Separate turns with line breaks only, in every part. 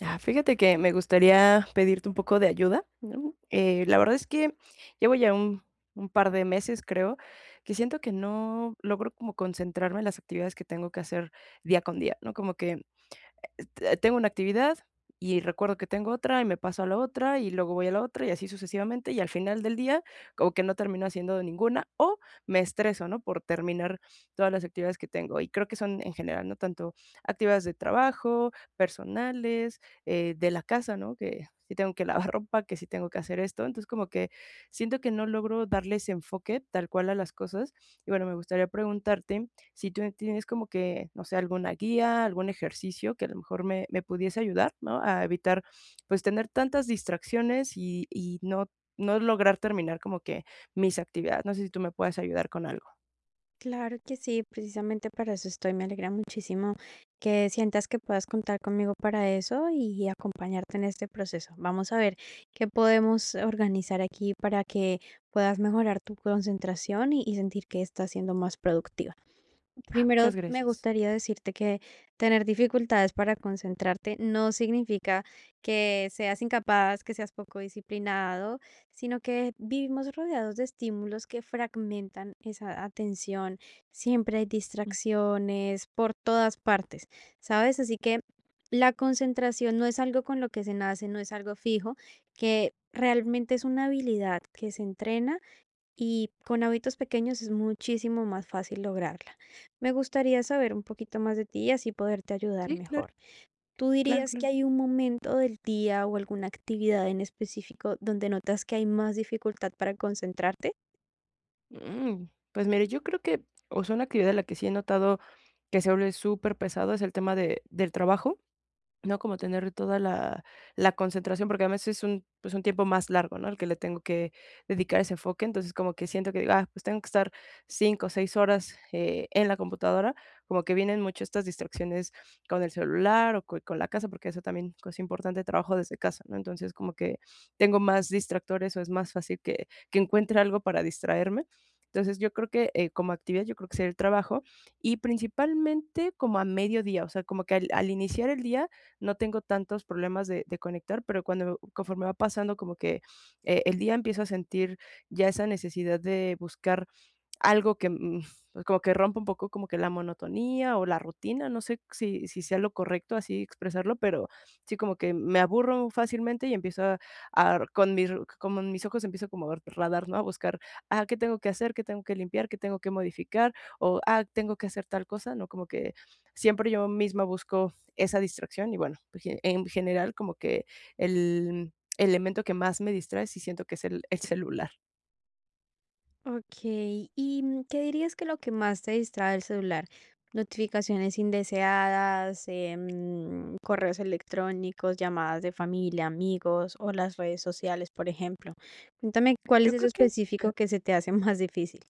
Ah, fíjate que me gustaría pedirte un poco de ayuda, ¿no? La verdad es que llevo ya un par de meses, creo, que siento que no logro como concentrarme en las actividades que tengo que hacer día con día, ¿no? Como que tengo una actividad y recuerdo que tengo otra y me paso a la otra y luego voy a la otra y así sucesivamente y al final del día como que no termino haciendo ninguna o me estreso, ¿no? Por terminar todas las actividades que tengo y creo que son en general, ¿no? Tanto actividades de trabajo, personales, de la casa, ¿no? Que si tengo que lavar ropa, que si tengo que hacer esto, entonces como que siento que no logro darle ese enfoque tal cual a las cosas y bueno, me gustaría preguntarte si tú tienes como que, no sé, alguna guía, algún ejercicio que a lo mejor me pudiese ayudar, ¿no? A evitar, pues, tener tantas distracciones y no no lograr terminar como que mis actividades. No sé si tú me puedes ayudar con algo.
Claro que sí, precisamente para eso estoy. Me alegra muchísimo que sientas que puedas contar conmigo para eso y acompañarte en este proceso. Vamos a ver qué podemos organizar aquí para que puedas mejorar tu concentración y sentir que estás siendo más productivo.
Ah,
Primero,
muchas
me
gracias.
gustaría decirte que tener dificultades para concentrarte no significa que seas incapaz, que seas poco disciplinado, sino que vivimos rodeados de estímulos que fragmentan esa atención. Siempre hay
Mm,
distracciones por todas partes, ¿sabes? Así que la concentración no es algo con lo que se nace, no es algo fijo, que realmente es una habilidad que se entrena y con hábitos pequeños es muchísimo más fácil lograrla. Me gustaría saber un poquito más de ti y así poderte ayudar
sí, claro,
mejor. ¿Tú
claro,
dirías que
claro.
hay un momento del día o alguna actividad en específico donde notas que hay más dificultad para concentrarte?
Mm, pues mire, yo creo que, o sea, una actividad en la que sí he notado que se vuelve súper pesado es el tema de del trabajo. ¿No? Como tener toda la concentración, porque además es un, pues, un tiempo más largo, ¿no? El que le tengo que dedicar ese enfoque. Entonces, como que siento que digo: "Ah, pues tengo que estar 5 o 6 horas, en la computadora", como que vienen mucho estas distracciones con el celular o co con la casa, porque eso también es importante, trabajo desde casa, ¿no? Entonces, como que tengo más distractores o es más fácil que encuentre algo para distraerme. Entonces, yo creo que, como actividad, yo creo que sería el trabajo y principalmente como a mediodía, o sea, como que al iniciar el día no tengo tantos problemas de conectar, pero cuando conforme va pasando como que el día empiezo a sentir ya esa necesidad de buscar algo que, pues, como que rompa un poco como que la monotonía o la rutina, no sé si sea lo correcto así expresarlo, pero sí como que me aburro fácilmente y empiezo a con mis ojos empiezo como a radar, ¿no? A buscar, ah, ¿qué tengo que hacer? ¿Qué tengo que limpiar? ¿Qué tengo que modificar? O, ah, tengo que hacer tal cosa, ¿no? Como que siempre yo misma busco esa distracción y bueno, pues, ge en general como que el elemento que más me distrae sí siento que es el celular.
Ok, ¿y qué dirías que lo que más te distrae el celular? Notificaciones indeseadas, correos electrónicos, llamadas de familia, amigos o las redes sociales, por ejemplo. Cuéntame cuál es
Yo
eso
creo que,
específico que se te hace más difícil.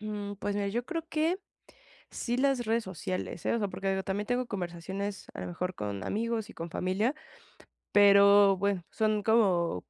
pues mira, yo creo que sí, las redes sociales, ¿eh? O sea, porque digo, también tengo conversaciones a lo mejor con amigos y con familia, pero bueno, son como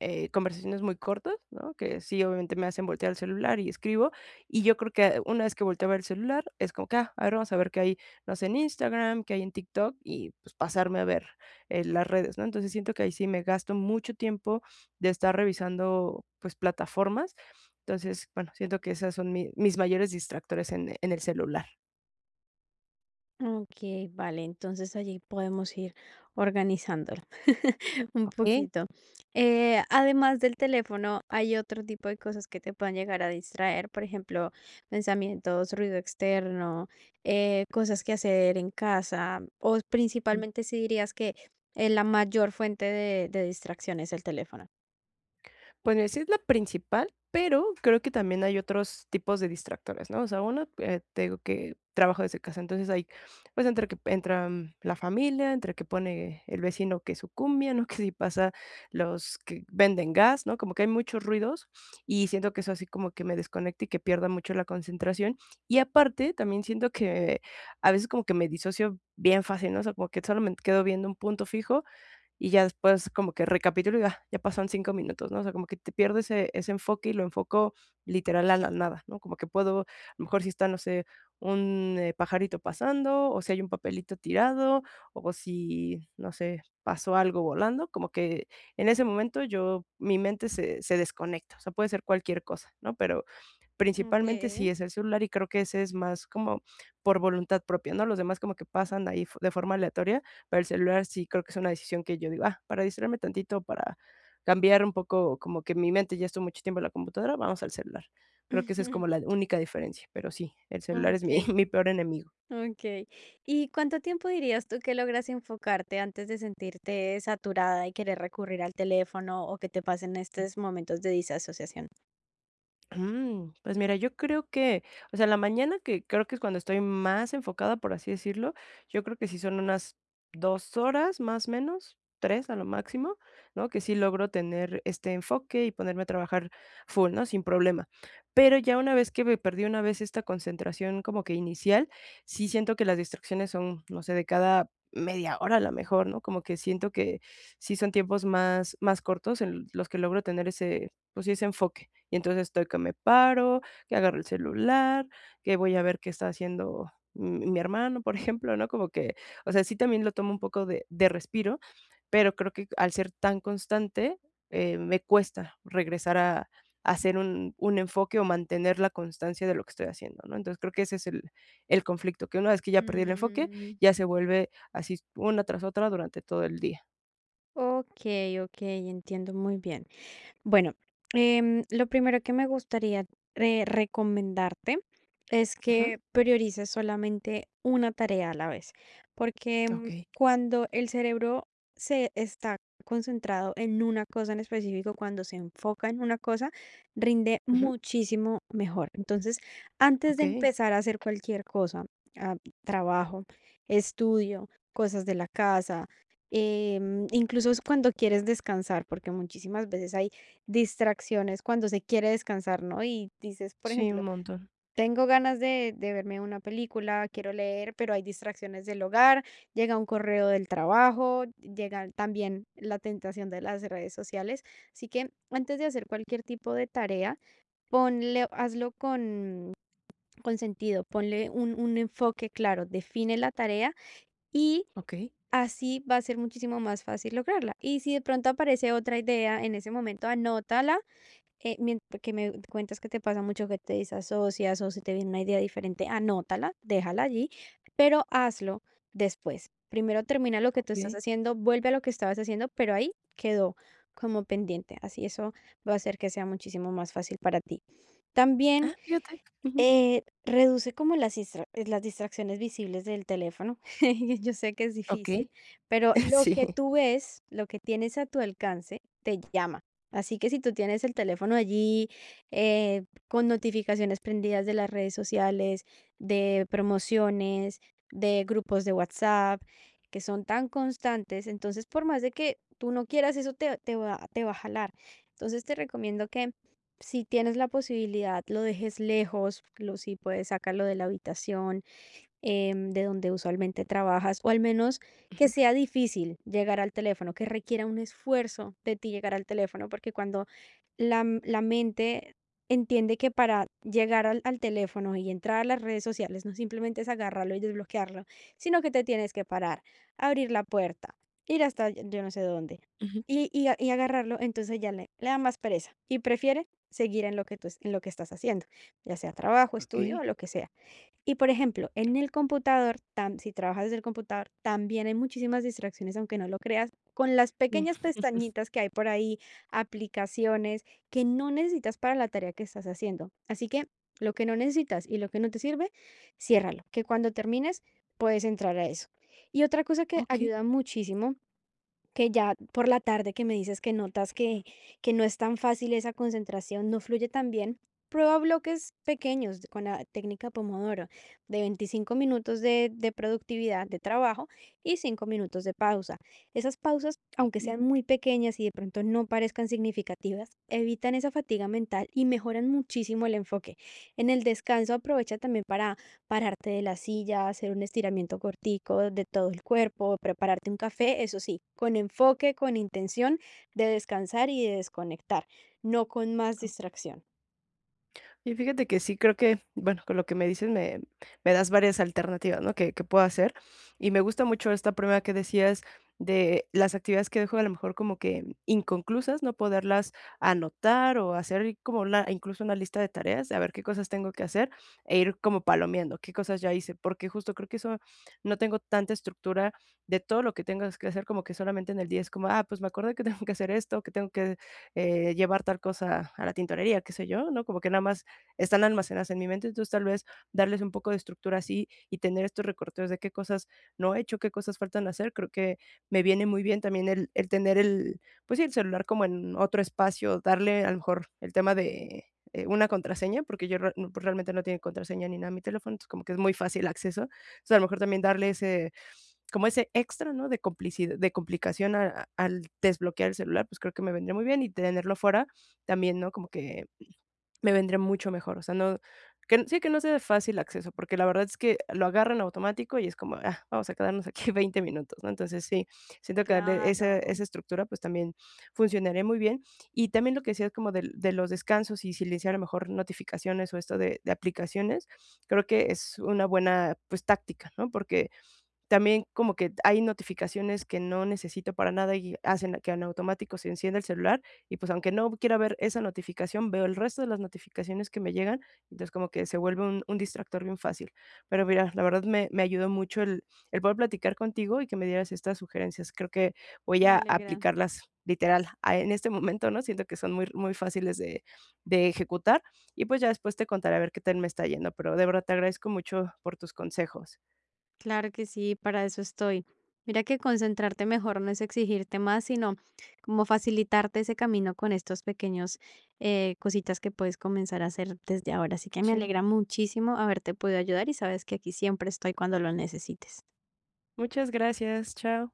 conversaciones muy cortas, ¿no? Que sí, obviamente me hacen voltear el celular y escribo. Y yo creo que una vez que volteo a ver el celular, es como que, ah, a ver, vamos a ver qué hay, no sé, en Instagram, qué hay en TikTok y pues pasarme a ver las redes, ¿no? Entonces siento que ahí sí me gasto mucho tiempo de estar revisando pues plataformas. Entonces, bueno, siento que esas son mis mayores distractores en el celular.
Ok, vale, entonces allí podemos ir organizándolo un
¿Ok?
poquito. Además del teléfono, hay otro tipo de cosas que te puedan llegar a distraer, por ejemplo, pensamientos, ruido externo, cosas que hacer en casa, o
Mm,
principalmente si dirías que la mayor fuente de distracción es el teléfono.
pues mira, sí es la principal, pero creo que también hay otros tipos de distractores, ¿no? O sea, uno, te digo que trabajo desde casa, entonces ahí, pues, entre que entra, la familia, entre que pone el vecino que su cumbia, ¿no? Que si pasa los que venden gas, ¿no? Como que hay muchos ruidos y siento que eso así como que me desconecta y que pierda mucho la concentración. Y aparte, también siento que a veces como que me disocio bien fácil, ¿no? O sea, como que solo me quedo viendo un punto fijo y ya después como que recapitulo y ah, ya pasaron 5 minutos, ¿no? O sea, como que te pierdes ese enfoque y lo enfoco literal a la nada, ¿no? Como que puedo, a lo mejor si está, no sé, un, pajarito pasando, o si hay un papelito tirado, o si, no sé, pasó algo volando, como que en ese momento yo mi mente se desconecta, o sea, puede ser cualquier cosa, ¿no? Pero
Ok,
principalmente sí es el celular, y creo que ese es más como por voluntad propia, ¿no? Los demás como que pasan ahí de forma aleatoria, pero el celular sí creo que es una decisión que yo digo: "Ah, para distraerme tantito, para cambiar un poco como que mi mente ya estuvo mucho tiempo en la computadora, vamos al celular". Creo que esa es como la única diferencia, pero sí, el celular es mi
ok.
mi peor enemigo.
Okey. ¿Y cuánto tiempo dirías tú que logras enfocarte antes de sentirte saturada y querer recurrir al teléfono o que te pasen estos momentos de disasociación?
Pues mira, yo creo que, o sea, la mañana, que creo que es cuando estoy más enfocada, por así decirlo, yo creo que sí son unas 2 horas, más o menos, 3 a lo máximo, ¿no? Que sí logro tener este enfoque y ponerme a trabajar full, ¿no? Sin problema. Pero ya una vez que me perdí una vez esta concentración como que inicial, sí siento que las distracciones son, no sé, de cada media hora a lo mejor, ¿no? Como que siento que sí son tiempos más cortos en los que logro tener ese, pues sí, ese enfoque. Y entonces estoy que me paro, que agarro el celular, que voy a ver qué está haciendo mi hermano, por ejemplo, ¿no? Como que, o sea, sí también lo tomo un poco de respiro, pero creo que al ser tan constante, me cuesta regresar a hacer un enfoque o mantener la constancia de lo que estoy haciendo, ¿no? Entonces, creo que ese es el conflicto, que una vez que ya perdí el enfoque,
Mm,
ya se vuelve así una tras otra durante todo el día.
okey, okey, entiendo muy bien. Bueno, lo primero que me gustaría recomendarte es
Ujú.
que priorices solamente una tarea a la vez, porque
Okey.
cuando el cerebro se está concentrado en una cosa en específico, cuando se enfoca en una cosa, rinde
Ujú.
muchísimo mejor. Entonces, antes de
Okey.
empezar a hacer cualquier cosa, ah, trabajo, estudio, cosas de la casa, incluso es cuando quieres descansar, porque muchísimas veces hay distracciones cuando se quiere descansar, ¿no? Y dices, por
Sí, un
ejemplo,
montón.
tengo ganas de verme una película, quiero leer, pero hay distracciones del hogar, llega un correo del trabajo, llega también la tentación de las redes sociales. Así que antes de hacer cualquier tipo de tarea, ponle, hazlo con sentido, ponle un enfoque claro, define la tarea y
Okey.
así va a ser muchísimo más fácil lograrla. Y si de pronto aparece otra idea en ese momento, anótala que me cuentas que te pasa mucho que te desasocias o si te viene una idea diferente, anótala, déjala allí, pero hazlo después. Primero termina lo que tú
Okey.
estás haciendo, vuelve a lo que estabas haciendo, pero ahí quedó como pendiente. Así eso va a hacer que sea muchísimo más fácil para ti. También
Ah, fíjate. Ujú.
reduce como las distra las distracciones visibles del teléfono. Yo sé que es
Okey.
difícil, pero lo
Sí.
que tú ves, lo que tienes a tu alcance, te llama. Así que si tú tienes el teléfono allí, con notificaciones prendidas de las redes sociales, de promociones, de grupos de WhatsApp, que son tan constantes, entonces por más de que tú no quieras, eso te va a jalar. Entonces te recomiendo que si tienes la posibilidad, lo dejes lejos, lo, si puedes, sácalo de la habitación, em, de donde usualmente trabajas, o al menos que sea difícil llegar al teléfono, que requiera un esfuerzo de ti llegar al teléfono, porque cuando la mente entiende que para llegar al teléfono y entrar a las redes sociales no simplemente es agarrarlo y desbloquearlo, sino que te tienes que parar, abrir la puerta, ir hasta yo no sé dónde
Ujú.
y agarrarlo, entonces ya le da más pereza y prefiere seguir en lo que en lo que estás haciendo, ya sea trabajo,
Okey,
estudio o lo que sea. Y por ejemplo, en el computador, tam si trabajas desde el computador, también hay muchísimas distracciones, aunque no lo creas, con las
sí.
pequeñas pestañitas que hay por ahí, aplicaciones que no necesitas para la tarea que estás haciendo. Así que lo que no necesitas y lo que no te sirve, ciérralo, que cuando termines puedes entrar a eso. Y otra cosa que
Okey,
ayuda muchísimo que ya por la tarde que me dices que notas que no es tan fácil esa concentración, no fluye tan bien, prueba bloques pequeños con la técnica Pomodoro de 25 minutos de productividad, de trabajo y 5 minutos de pausa. Esas pausas, aunque
okey.
sean muy pequeñas y de pronto no parezcan significativas, evitan esa fatiga mental y mejoran muchísimo el enfoque. En el descanso aprovecha también para pararte de la silla, hacer un estiramiento cortico de todo el cuerpo, prepararte un café, eso sí, con enfoque, con intención de descansar y de desconectar, no con más distracción.
Y fíjate que sí, creo que, bueno, con lo que me dices me das varias alternativas, ¿no? Que puedo hacer. Y me gusta mucho esta primera que decías de las actividades que dejo a lo mejor como que inconclusas, no poderlas anotar o hacer como una, incluso una lista de tareas, de a ver qué cosas tengo que hacer e ir como palomeando, qué cosas ya hice, porque justo creo que eso no tengo tanta estructura de todo lo que tengas que hacer, como que solamente en el día es como, ah, pues me acordé que tengo que hacer esto, que tengo que llevar tal cosa a la tintorería, qué sé yo, ¿no? Como que nada más están almacenadas en mi mente, entonces tal vez darles un poco de estructura así y tener estos recorteos de qué cosas no he hecho, qué cosas faltan hacer, creo que me viene muy bien también el tener el, pues sí, el celular como en otro espacio, darle a lo mejor el tema de, una contraseña, porque yo re no, pues realmente no tiene contraseña ni nada mi teléfono, entonces como que es muy fácil acceso. Entonces, a lo mejor también darle ese, como ese extra, ¿no? De complicidad de complicación al desbloquear el celular, pues creo que me vendría muy bien y tenerlo fuera también, ¿no? Como que me vendría mucho mejor, o sea, no que sí, que no sea de fácil acceso, porque la verdad es que lo agarran automático y es como, ah, vamos a quedarnos aquí 20 minutos, ¿no? Entonces, sí, siento que darle esa
Claro,
esa estructura, pues, también funcionaría muy bien. Y también lo que decías como del de los descansos y silenciar a lo mejor notificaciones o esto de aplicaciones, creo que es una buena, pues, táctica, ¿no? Porque también como que hay notificaciones que no necesito para nada y hacen que en automático se encienda el celular y, pues, aunque no quiera ver esa notificación, veo el resto de las notificaciones que me llegan, entonces como que se vuelve un distractor bien fácil. Pero mira, la verdad me ayudó mucho el poder platicar contigo y que me dieras estas sugerencias. Creo que voy
me
a
alegra.
aplicarlas literal, ah, en este momento, ¿no? Siento que son muy muy fáciles de ejecutar y, pues, ya después te contaré a ver qué tal me está yendo, pero de verdad te agradezco mucho por tus consejos.
Claro que sí, para eso estoy. Mira que concentrarte mejor no es exigirte más, sino como facilitarte ese camino con estos pequeños cositas que puedes comenzar a hacer desde ahora. Así que me
Sí.
alegra muchísimo haberte podido ayudar y sabes que aquí siempre estoy cuando lo necesites.
Muchas gracias, chao.